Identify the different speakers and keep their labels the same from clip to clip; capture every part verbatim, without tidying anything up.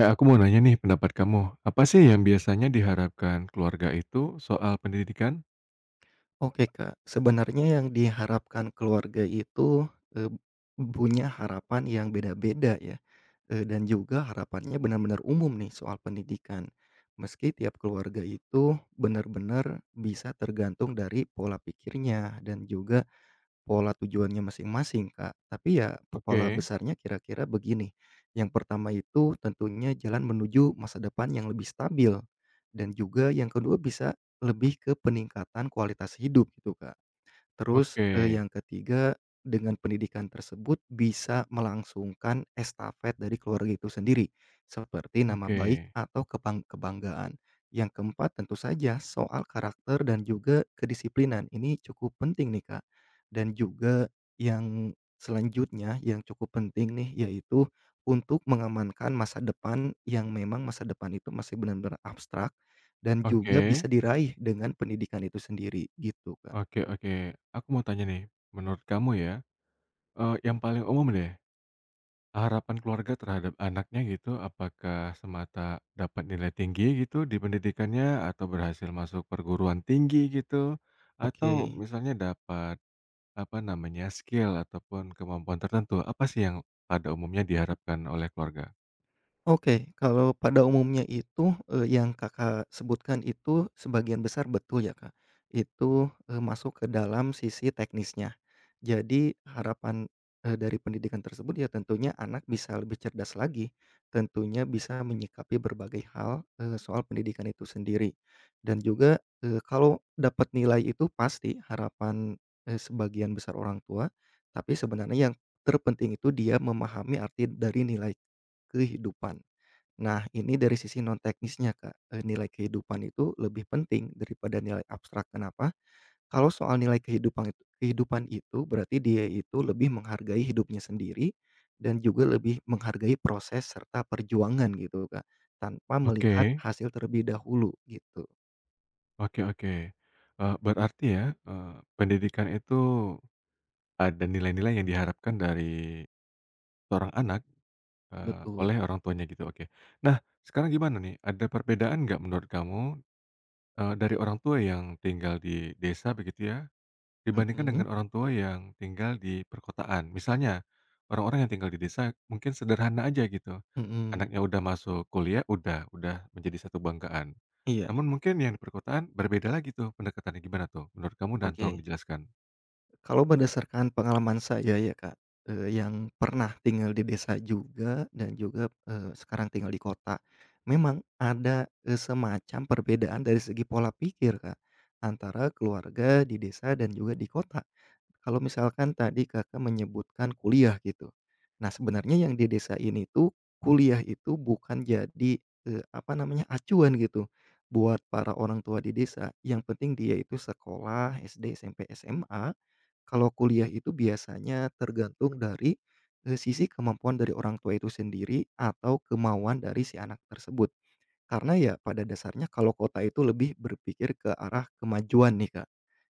Speaker 1: Eh, aku mau nanya nih pendapat kamu, apa sih yang biasanya diharapkan keluarga itu soal pendidikan?
Speaker 2: Oke, Kak. Sebenarnya yang diharapkan keluarga itu, eee, punya harapan yang beda-beda ya, eee, dan juga harapannya benar-benar umum nih soal pendidikan. Meski tiap keluarga itu benar-benar bisa tergantung dari pola pikirnya dan juga pola tujuannya masing-masing, Kak, tapi ya po pola
Speaker 1: Oke,
Speaker 2: besarnya kira-kira begini, yang pertama itu tentunya jalan menuju masa depan yang lebih stabil, dan juga yang kedua bisa lebih ke peningkatan kualitas hidup gitu, Kak. Terus,
Speaker 1: oke,
Speaker 2: eee, yang ketiga, dengan pendidikan tersebut bisa melangsungkan estafet dari keluarga itu sendiri, seperti nama
Speaker 1: oke,
Speaker 2: baik atau kebang kebanggaan. Yang keempat, tentu saja soal karakter dan juga kedisiplinan. Ini cukup penting nih, Kak. Dan juga yang selanjutnya yang cukup penting nih, yaitu untuk mengamankan masa depan yang memang masa depan itu masih benar-benar abstrak dan juga bisa
Speaker 1: oke,
Speaker 2: diraih dengan pendidikan itu sendiri, gitu, Kak.
Speaker 1: oke oke. Aku mau tanya nih, menurut kamu ya, eee, yang paling umum deh, harapan keluarga terhadap anaknya gitu, apakah semata dapat nilai tinggi gitu di pendidikannya, atau berhasil masuk perguruan tinggi gitu, atau
Speaker 2: Oke.
Speaker 1: misalnya dapat apa namanya, skill ataupun kemampuan tertentu, apa sih yang pada umumnya diharapkan oleh keluarga?
Speaker 2: Oke, kalau pada umumnya itu, eee, yang Kakak sebutkan itu sebagian besar betul ya, Kak. Itu, eee, masuk ke dalam sisi teknisnya. Jadi harapan, eee, dari pendidikan tersebut ya tentunya anak bisa lebih cerdas lagi, tentunya bisa menyikapi berbagai hal, eee, soal pendidikan itu sendiri. Dan juga, eee, kalau dapat nilai itu pasti harapan, eee, sebagian besar orang tua, tapi sebenarnya yang terpenting itu dia memahami arti dari nilai kehidupan. Nah, ini dari sisi non teknisnya, Kak, eee, nilai kehidupan itu lebih penting daripada nilai abstrak. Kenapa? Kalau soal nilai kehidupan itu kehidupan itu berarti dia itu lebih menghargai hidupnya sendiri dan juga lebih menghargai proses serta perjuangan gitu, Kak, tanpa
Speaker 1: Oke,
Speaker 2: melihat hasil terlebih dahulu gitu.
Speaker 1: oke oke. Eee, berarti ya, eee, pendidikan itu ada nilai-nilai yang diharapkan dari seorang anak, eee,
Speaker 2: Betul.
Speaker 1: oleh orang tuanya gitu, oke. Nah, sekarang gimana nih, ada perbedaan nggak menurut kamu, eee, dari orang tua yang tinggal di desa begitu ya, dibandingkan dengan
Speaker 2: Mhm,
Speaker 1: orang tua yang tinggal di perkotaan. Misalnya, orang-orang yang tinggal di desa mungkin sederhana aja gitu.
Speaker 2: mhm.
Speaker 1: Anaknya udah masuk kuliah, udah udah menjadi satu banggaan.
Speaker 2: Iya,
Speaker 1: Namun mungkin yang di perkotaan berbeda lagi tuh pendekatannya, gimana tuh menurut kamu dan tolong
Speaker 2: oke.
Speaker 1: dijelaskan?
Speaker 2: Kalau berdasarkan pengalaman saya ya, Kak, eee, yang pernah tinggal di desa juga dan juga, eee, sekarang tinggal di kota. Memang ada, eee, semacam perbedaan dari segi pola pikir, Kak, antara keluarga di desa dan juga di kota. Kalau misalkan tadi Kakak menyebutkan kuliah gitu. Nah, sebenarnya yang di desa ini tuh kuliah itu bukan jadi, eee, apa namanya, acuan gitu buat para orang tua di desa, yang penting dia itu sekolah S D, S M P, S M A. Kalau kuliah itu biasanya tergantung dari, eee, sisi kemampuan dari orang tua itu sendiri atau kemauan dari si anak tersebut. Karena ya pada dasarnya kalau kota itu lebih berpikir ke arah kemajuan nih, Kak.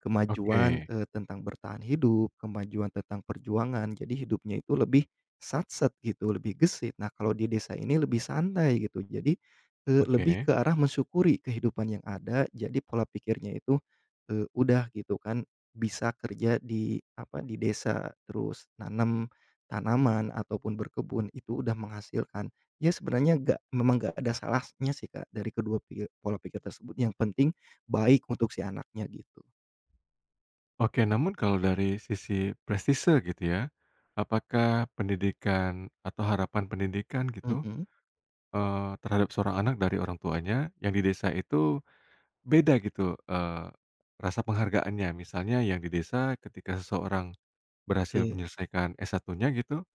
Speaker 2: Kemajuan,
Speaker 1: Oke,
Speaker 2: eee, tentang bertahan hidup, kemajuan tentang perjuangan, jadi hidupnya itu lebih satset gitu, lebih gesit. Nah, kalau di desa ini lebih santai gitu, jadi, eee, lebih
Speaker 1: oke.
Speaker 2: ke arah mensyukuri kehidupan yang ada, jadi pola pikirnya itu, eee, udah gitu kan, bisa kerja di, apa, di desa, terus nanam tanaman ataupun berkebun, itu udah menghasilkan. Ya sebenarnya nggak memang nggak ada salahnya sih Kak, dari kedua pik pola pikir tersebut, yang penting baik untuk si anaknya gitu.
Speaker 1: Oke, namun kalau dari sisi prestise gitu ya, apakah pendidikan atau harapan pendidikan gitu,
Speaker 2: Mhm,
Speaker 1: eee, terhadap seorang anak dari orang tuanya yang di desa itu beda gitu, eee, rasa penghargaannya. Misalnya yang di desa ketika seseorang berhasil
Speaker 2: oke.
Speaker 1: menyelesaikan S satu nya gitu,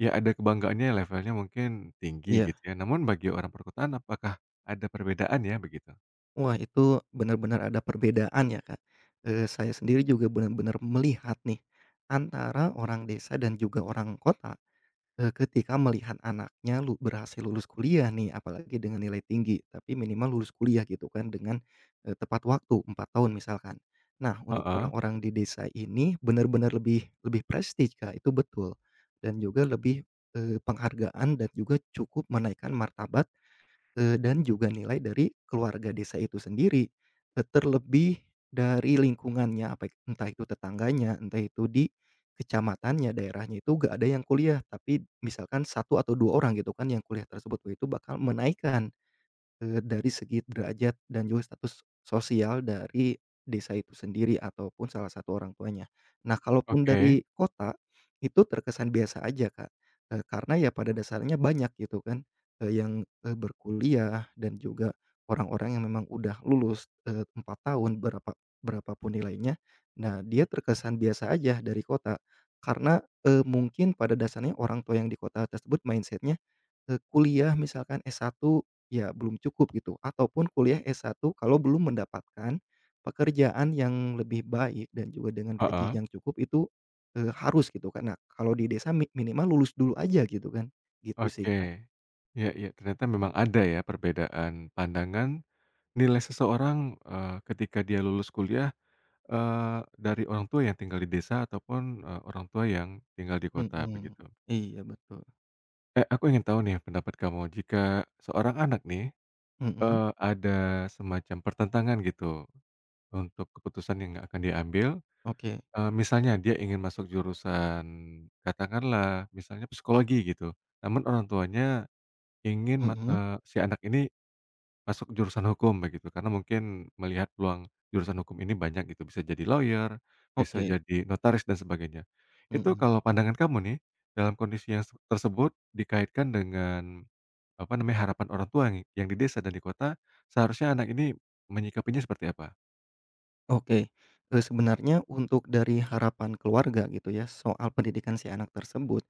Speaker 1: ya ada kebanggaannya levelnya mungkin tinggi
Speaker 2: Iya.
Speaker 1: gitu ya. Namun bagi orang perkotaan apakah ada perbedaan ya begitu?
Speaker 2: Wah, itu benar-benar ada perbedaan ya, Kak. Eee, saya sendiri juga benar-benar melihat nih, antara orang desa dan juga orang kota, eee, ketika melihat anaknya lu berhasil lulus kuliah nih, apalagi dengan nilai tinggi, tapi minimal lulus kuliah gitu kan dengan, eee, tepat waktu empat tahun misalkan. Nah, untuk
Speaker 1: Heeh,
Speaker 2: orang-orang di desa ini benar-benar lebih lebih prestige, Kak, itu betul. Dan juga lebih, eee, penghargaan dan juga cukup menaikkan martabat Eee, dan juga nilai dari keluarga desa itu sendiri, eee, terlebih dari lingkungannya, apa entah itu tetangganya, entah itu di kecamatannya, daerahnya itu nggak ada yang kuliah, tapi misalkan satu atau dua orang gitu kan yang kuliah tersebut, itu bakal menaikkan Eee, dari segi derajat dan juga status sosial dari desa itu sendiri ataupun salah satu orang tuanya. Nah, kalaupun
Speaker 1: oke,
Speaker 2: dari kota, itu terkesan biasa aja, Kak, eee, karena ya pada dasarnya banyak gitu kan, eee, yang, eee, berkuliah dan juga orang-orang yang memang udah lulus, eee, empat tahun berapa berapa pun nilainya. Nah, dia terkesan biasa aja dari kota, karena, eee, mungkin pada dasarnya orang tua yang di kota tersebut mindsetnya. Eee, kuliah misalkan S satu ya belum cukup gitu, ataupun kuliah S satu kalau belum mendapatkan pekerjaan yang lebih baik dan juga dengan gaji
Speaker 1: heeh,
Speaker 2: yang cukup itu, eee, harus gitu kan. Nah kalau di desa mi minimal lulus dulu aja gitu kan, gitu sih
Speaker 1: oke.
Speaker 2: Kak.
Speaker 1: Ya ya, ternyata memang ada ya perbedaan pandangan nilai seseorang, eee, ketika dia lulus kuliah, eee, dari orang tua yang tinggal di desa ataupun, eee, orang tua yang tinggal di kota
Speaker 2: Mhm.
Speaker 1: begitu.
Speaker 2: Iya betul.
Speaker 1: Eh, aku ingin tahu nih pendapat kamu, jika seorang anak nih,
Speaker 2: Mhm.
Speaker 1: eee, ada semacam pertentangan gitu untuk keputusan yang akan diambil,
Speaker 2: Oke.
Speaker 1: eee, misalnya dia ingin masuk jurusan katakanlah misalnya psikologi gitu, namun orang tuanya ingin ma
Speaker 2: Mhm.
Speaker 1: eee, si anak ini masuk jurusan hukum begitu karena mungkin melihat peluang jurusan hukum ini banyak gitu, bisa jadi lawyer, bisa
Speaker 2: Oke.
Speaker 1: jadi notaris dan sebagainya. Itu
Speaker 2: Mhm.
Speaker 1: kalau pandangan kamu nih, dalam kondisi yang se tersebut dikaitkan dengan apa namanya, harapan orang tua nih yang di desa dan di kota, seharusnya anak ini menyikapinya seperti apa?
Speaker 2: Oke, eee, sebenarnya untuk dari harapan keluarga gitu ya, soal pendidikan si anak tersebut,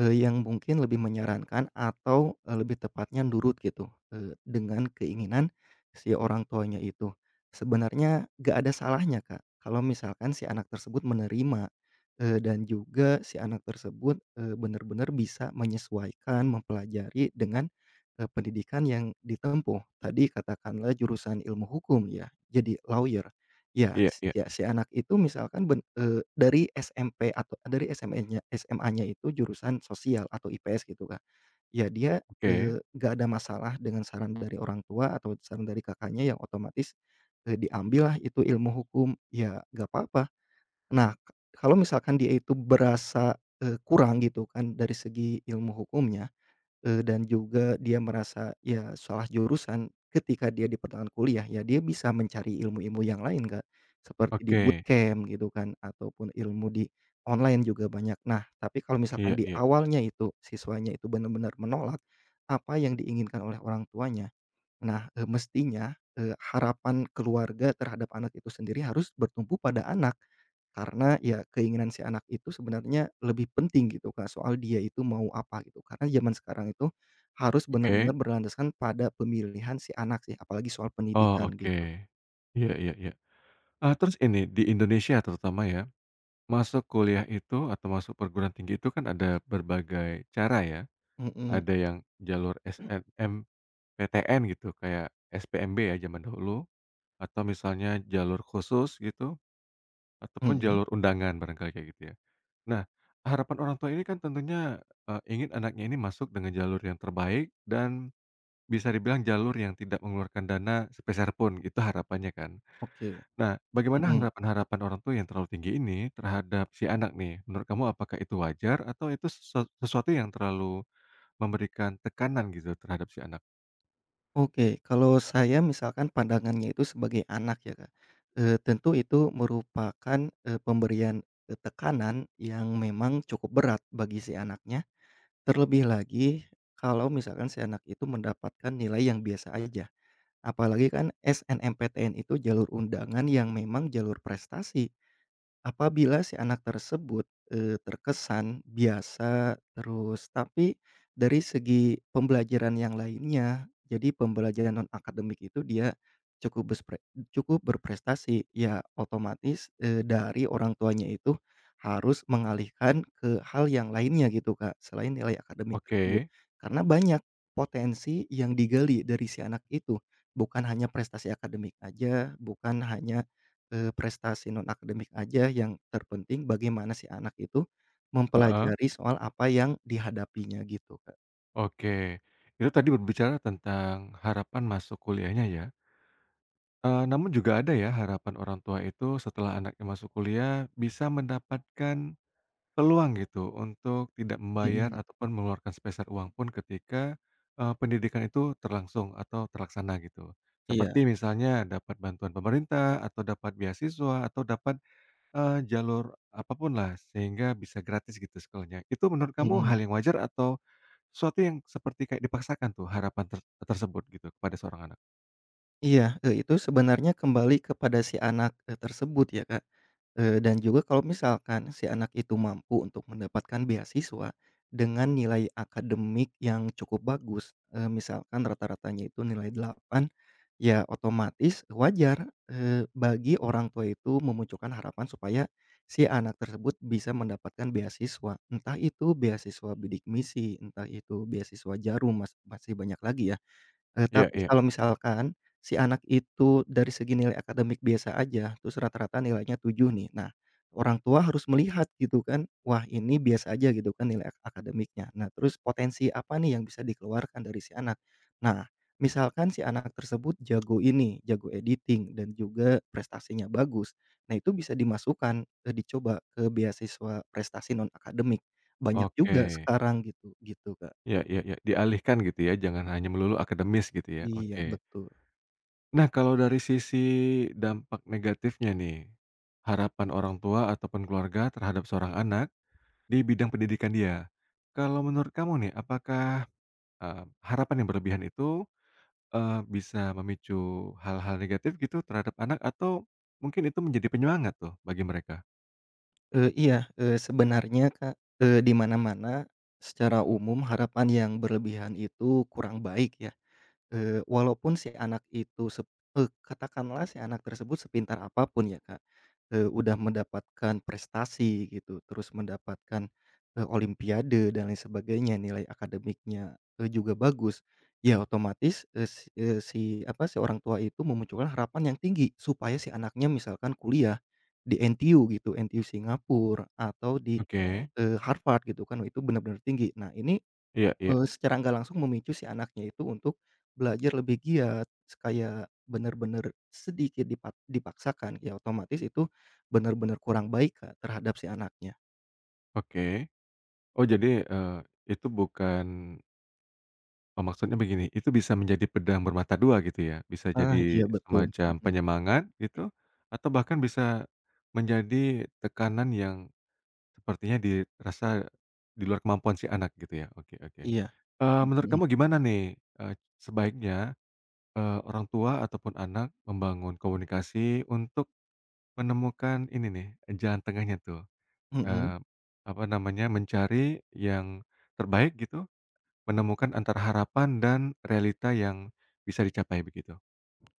Speaker 2: eee, yang mungkin lebih menyarankan atau, eee, lebih tepatnya nurut gitu, eee, dengan keinginan si orang tuanya itu. Sebenarnya gak ada salahnya, Kak, kalau misalkan si anak tersebut menerima, eee, dan juga si anak tersebut, eee, benar-benar bisa menyesuaikan, mempelajari dengan, eee, pendidikan yang ditempuh. Tadi katakanlah jurusan ilmu hukum ya, jadi lawyer. Iya,
Speaker 1: Iya iya,
Speaker 2: ya si anak itu misalkan ben eee, dari S M P atau eh, dari S M A-nya S M A-nya itu jurusan sosial atau I P S gitu, kan, ya dia,
Speaker 1: oke
Speaker 2: eee, nggak ada masalah dengan saran dari orang tua atau saran dari kakaknya yang otomatis, eh, diambil lah itu ilmu hukum, ya nggak apa-apa. Nah, k- kalau misalkan dia itu berasa, eee, kurang gitu kan dari segi ilmu hukumnya Eee, dan juga dia merasa ya salah jurusan ketika dia di pertengahan kuliah, ya dia bisa mencari ilmu-ilmu yang lain, Kak, seperti di
Speaker 1: oke,
Speaker 2: bootcamp gitu kan ataupun ilmu di online juga banyak. Nah, tapi kalau misalkan
Speaker 1: iya
Speaker 2: di
Speaker 1: iya,
Speaker 2: awalnya itu siswanya itu benar-benar menolak apa yang diinginkan oleh orang tuanya. Nah, eee, mestinya, eee, harapan keluarga terhadap anak itu sendiri harus bertumpu pada anak. Karena ya keinginan si anak itu sebenarnya lebih penting gitu, Kak, soal dia itu mau apa gitu. Karena zaman sekarang itu harus benar-benar
Speaker 1: oke,
Speaker 2: berlandaskan pada pemilihan si anak sih, apalagi soal
Speaker 1: oh
Speaker 2: pendidikan
Speaker 1: oke,
Speaker 2: gitu.
Speaker 1: iya iya iya. Eee, terus ini, di Indonesia terutama ya, masuk kuliah itu atau masuk perguruan tinggi itu kan ada berbagai cara ya,
Speaker 2: Mhm,
Speaker 1: ada yang jalur S N M P T N gitu, kayak S P M B ya zaman dahulu, atau misalnya jalur khusus gitu, ataupun
Speaker 2: mhm,
Speaker 1: jalur undangan barangkali kayak gitu ya. Nah, harapan orang tua ini kan tentunya, eee, ingin anaknya ini masuk dengan jalur yang terbaik dan bisa dibilang jalur yang tidak mengeluarkan dana sepeser pun, gitu harapannya kan.
Speaker 2: oke,
Speaker 1: Nah, bagaimana
Speaker 2: mhm.
Speaker 1: harapan-harapan orang tua yang terlalu tinggi ini terhadap si anak nih? Menurut kamu apakah itu wajar atau itu sesua sesuatu yang terlalu memberikan tekanan gitu terhadap si anak?
Speaker 2: Oke, kalau saya misalkan pandangannya itu sebagai anak ya, Kak, eee, tentu itu merupakan, eee, pemberian, eee, tekanan yang memang cukup berat bagi si anaknya, terlebih lagi kalau misalkan si anak itu mendapatkan nilai yang biasa aja. Apalagi kan S N M P T N itu jalur undangan yang memang jalur prestasi. Apabila si anak tersebut, eee, terkesan biasa, terus tapi dari segi pembelajaran yang lainnya, jadi pembelajaran non-akademik itu dia cukup bespre cukup berprestasi, ya otomatis, eee, dari orang tuanya itu harus mengalihkan ke hal yang lainnya gitu, Kak, selain nilai akademik tersebut.
Speaker 1: Oke,
Speaker 2: Karena banyak potensi yang digali dari si anak itu, bukan hanya prestasi akademik aja, bukan hanya Eee, prestasi non-akademik aja, yang terpenting bagaimana si anak itu
Speaker 1: heeh,
Speaker 2: mempelajari soal apa yang dihadapinya gitu, Kak.
Speaker 1: oke. Itu tadi berbicara tentang harapan masuk kuliahnya ya? Eee, namun juga ada ya harapan orang tua itu setelah anaknya masuk kuliah bisa mendapatkan peluang gitu untuk tidak membayar
Speaker 2: Mhm,
Speaker 1: ataupun mengeluarkan sepeser uang pun ketika, eee, pendidikan itu terlangsung atau terlaksana gitu.
Speaker 2: iya,
Speaker 1: Seperti misalnya dapat bantuan pemerintah atau dapat beasiswa atau dapat, eee, jalur apa pun lah sehingga bisa gratis gitu sekolahnya. Itu menurut kamu
Speaker 2: mhm,
Speaker 1: hal yang wajar atau sesuatu yang seperti kayak dipaksakan tuh harapan ter tersebut gitu kepada seorang anak?
Speaker 2: iya, eee, itu sebenarnya kembali kepada si anak, eee, tersebut ya, Kak. Eee, dan juga kalau misalkan si anak itu mampu untuk mendapatkan beasiswa dengan nilai akademik yang cukup bagus, eee, misalkan rata-ratanya itu nilai delapan, ya otomatis wajar, eee, bagi orang tua itu memunculkan harapan supaya si anak tersebut bisa mendapatkan beasiswa. Entah itu beasiswa bidik misi, entah itu beasiswa jarum, mas masih banyak lagi ya. Eee,
Speaker 1: Iya
Speaker 2: tapi
Speaker 1: iya.
Speaker 2: kalau misalkan si anak itu dari segi nilai akademik biasa aja, terus rata-rata nilainya tujuh nih. Nah, orang tua harus melihat gitu kan, wah ini biasa aja gitu kan nilai ak akademiknya. Nah, terus potensi apa nih yang bisa dikeluarkan dari si anak. Nah, misalkan si anak tersebut jago ini, jago editing dan juga prestasinya bagus. Nah, itu bisa dimasukkan, eee, dicoba ke beasiswa prestasi non akademik. Banyak juga
Speaker 1: Oke.
Speaker 2: sekarang gitu, gitu, Kak.
Speaker 1: Iya iya iya, dialihkan gitu ya, jangan hanya melulu akademis gitu ya,
Speaker 2: Iya,
Speaker 1: oke.
Speaker 2: betul.
Speaker 1: Nah kalau dari sisi dampak negatifnya nih, harapan orang tua ataupun keluarga terhadap seorang anak di bidang pendidikan dia. Kalau menurut kamu nih, apakah, eee, harapan yang berlebihan itu, eee, bisa memicu hal-hal negatif gitu terhadap anak atau mungkin itu menjadi penyemangat tuh bagi mereka?
Speaker 2: Eee, iya, eee, sebenarnya Kak, eee, di mana-mana secara umum harapan yang berlebihan itu kurang baik ya. Eee, walaupun si anak itu sep eee, katakanlah si anak tersebut sepintar apapun ya, Kak, eee, udah mendapatkan prestasi gitu, terus mendapatkan, eee, olimpiade dan lain sebagainya, nilai akademiknya, eee, juga bagus, ya otomatis, eee, si eee, si apa, si orang tua itu memunculkan harapan yang tinggi supaya si anaknya misalkan kuliah di N T U gitu, N T U Singapura atau di,
Speaker 1: Oke,
Speaker 2: eee, Harvard gitu kan, itu benar-benar tinggi. Nah, ini
Speaker 1: iya iya,
Speaker 2: Eee, secara nggak langsung memicu si anaknya itu untuk belajar lebih giat, s kayak bener-bener sedikit dipa dipaksakan, ya otomatis itu bener-bener kurang baik, Kak, terhadap si anaknya.
Speaker 1: oke. Oh jadi, eee, itu bukan Oh, maksudnya begini, itu bisa menjadi pedang bermata dua gitu ya? Bisa
Speaker 2: Ah,
Speaker 1: jadi
Speaker 2: iya betul,
Speaker 1: semacam
Speaker 2: mhm,
Speaker 1: penyemangat gitu, atau bahkan bisa menjadi tekanan yang sepertinya dirasa di luar kemampuan si anak gitu ya? Oke oke.
Speaker 2: iya,
Speaker 1: Eee, menurut
Speaker 2: mhm,
Speaker 1: kamu gimana nih, eee, sebaiknya, eee, orang tua ataupun anak membangun komunikasi untuk menemukan ini nih, jalan tengahnya tuh,
Speaker 2: mhm, mhm.
Speaker 1: eee, apa namanya, mencari yang terbaik gitu, menemukan antara harapan dan realita yang bisa dicapai begitu.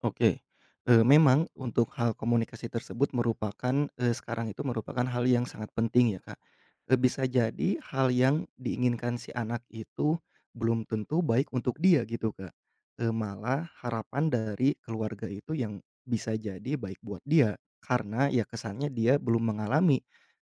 Speaker 2: Oke, eee, memang untuk hal komunikasi tersebut merupakan eee, sekarang itu merupakan hal yang sangat penting ya, Kak. Eee, bisa jadi hal yang diinginkan si anak itu belum tentu baik untuk dia gitu, Kak. Eee, malah harapan dari keluarga itu yang bisa jadi baik buat dia, karena ya kesannya dia belum mengalami,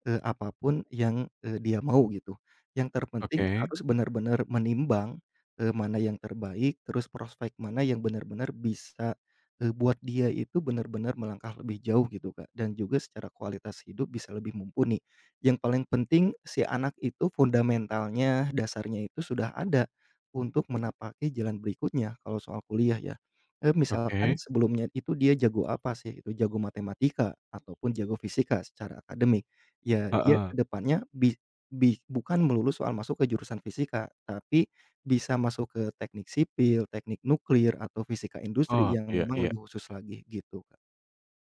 Speaker 2: eee, apa pun yang, eee, dia mau gitu. Yang terpenting
Speaker 1: Oke
Speaker 2: harus benar-benar menimbang, eee, mana yang terbaik, terus prospek mana yang benar-benar bisa Eee, buat dia itu benar-benar melangkah lebih jauh gitu, Kak, dan juga secara kualitas hidup bisa lebih mumpuni. Yang paling penting si anak itu fundamentalnya, dasarnya itu sudah ada untuk menapaki jalan berikutnya kalau soal kuliah ya. Eee, misalkan
Speaker 1: oke,
Speaker 2: sebelumnya itu dia jago apa sih, itu jago matematika ataupun jago fisika secara akademik. Ya dia ke
Speaker 1: heeh.
Speaker 2: depannya bi bi bukan melulu soal masuk ke jurusan fisika, tapi bisa masuk ke teknik sipil, teknik nuklir, atau fisika industri
Speaker 1: Oh,
Speaker 2: yang
Speaker 1: iya
Speaker 2: memang
Speaker 1: iya.
Speaker 2: lebih khusus lagi gitu, Kak.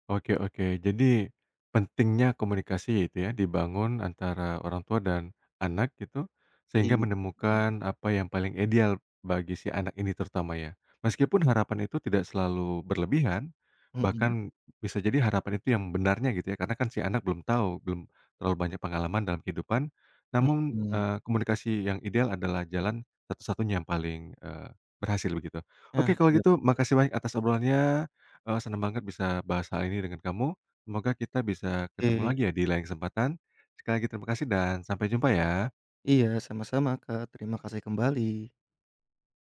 Speaker 1: Oke oke. Jadi, pentingnya komunikasi ya itu ya, dibangun antara orang tua dan anak gitu, sehingga
Speaker 2: Iya, mhm,
Speaker 1: menemukan apa yang paling ideal bagi si anak ini terutama ya. Meskipun harapan itu tidak selalu berlebihan,
Speaker 2: mhm,
Speaker 1: bahkan bisa jadi harapan itu yang benarnya gitu ya, karena kan si anak belum tahu, belum terlalu banyak pengalaman dalam kehidupan. Namun,
Speaker 2: mhm.
Speaker 1: eee, komunikasi yang ideal adalah jalan satu-satunya yang paling, eee, berhasil begitu.
Speaker 2: Ah,
Speaker 1: Oke kalau
Speaker 2: iya,
Speaker 1: gitu
Speaker 2: Kak,
Speaker 1: makasih banyak atas obrolannya. Eee, senang banget bisa bahas hal ini dengan kamu. Semoga kita bisa ketemu
Speaker 2: oke.
Speaker 1: lagi ya di lain kesempatan. Sekali lagi terima kasih dan sampai jumpa ya.
Speaker 2: Iya, sama-sama, Kak, terima kasih kembali.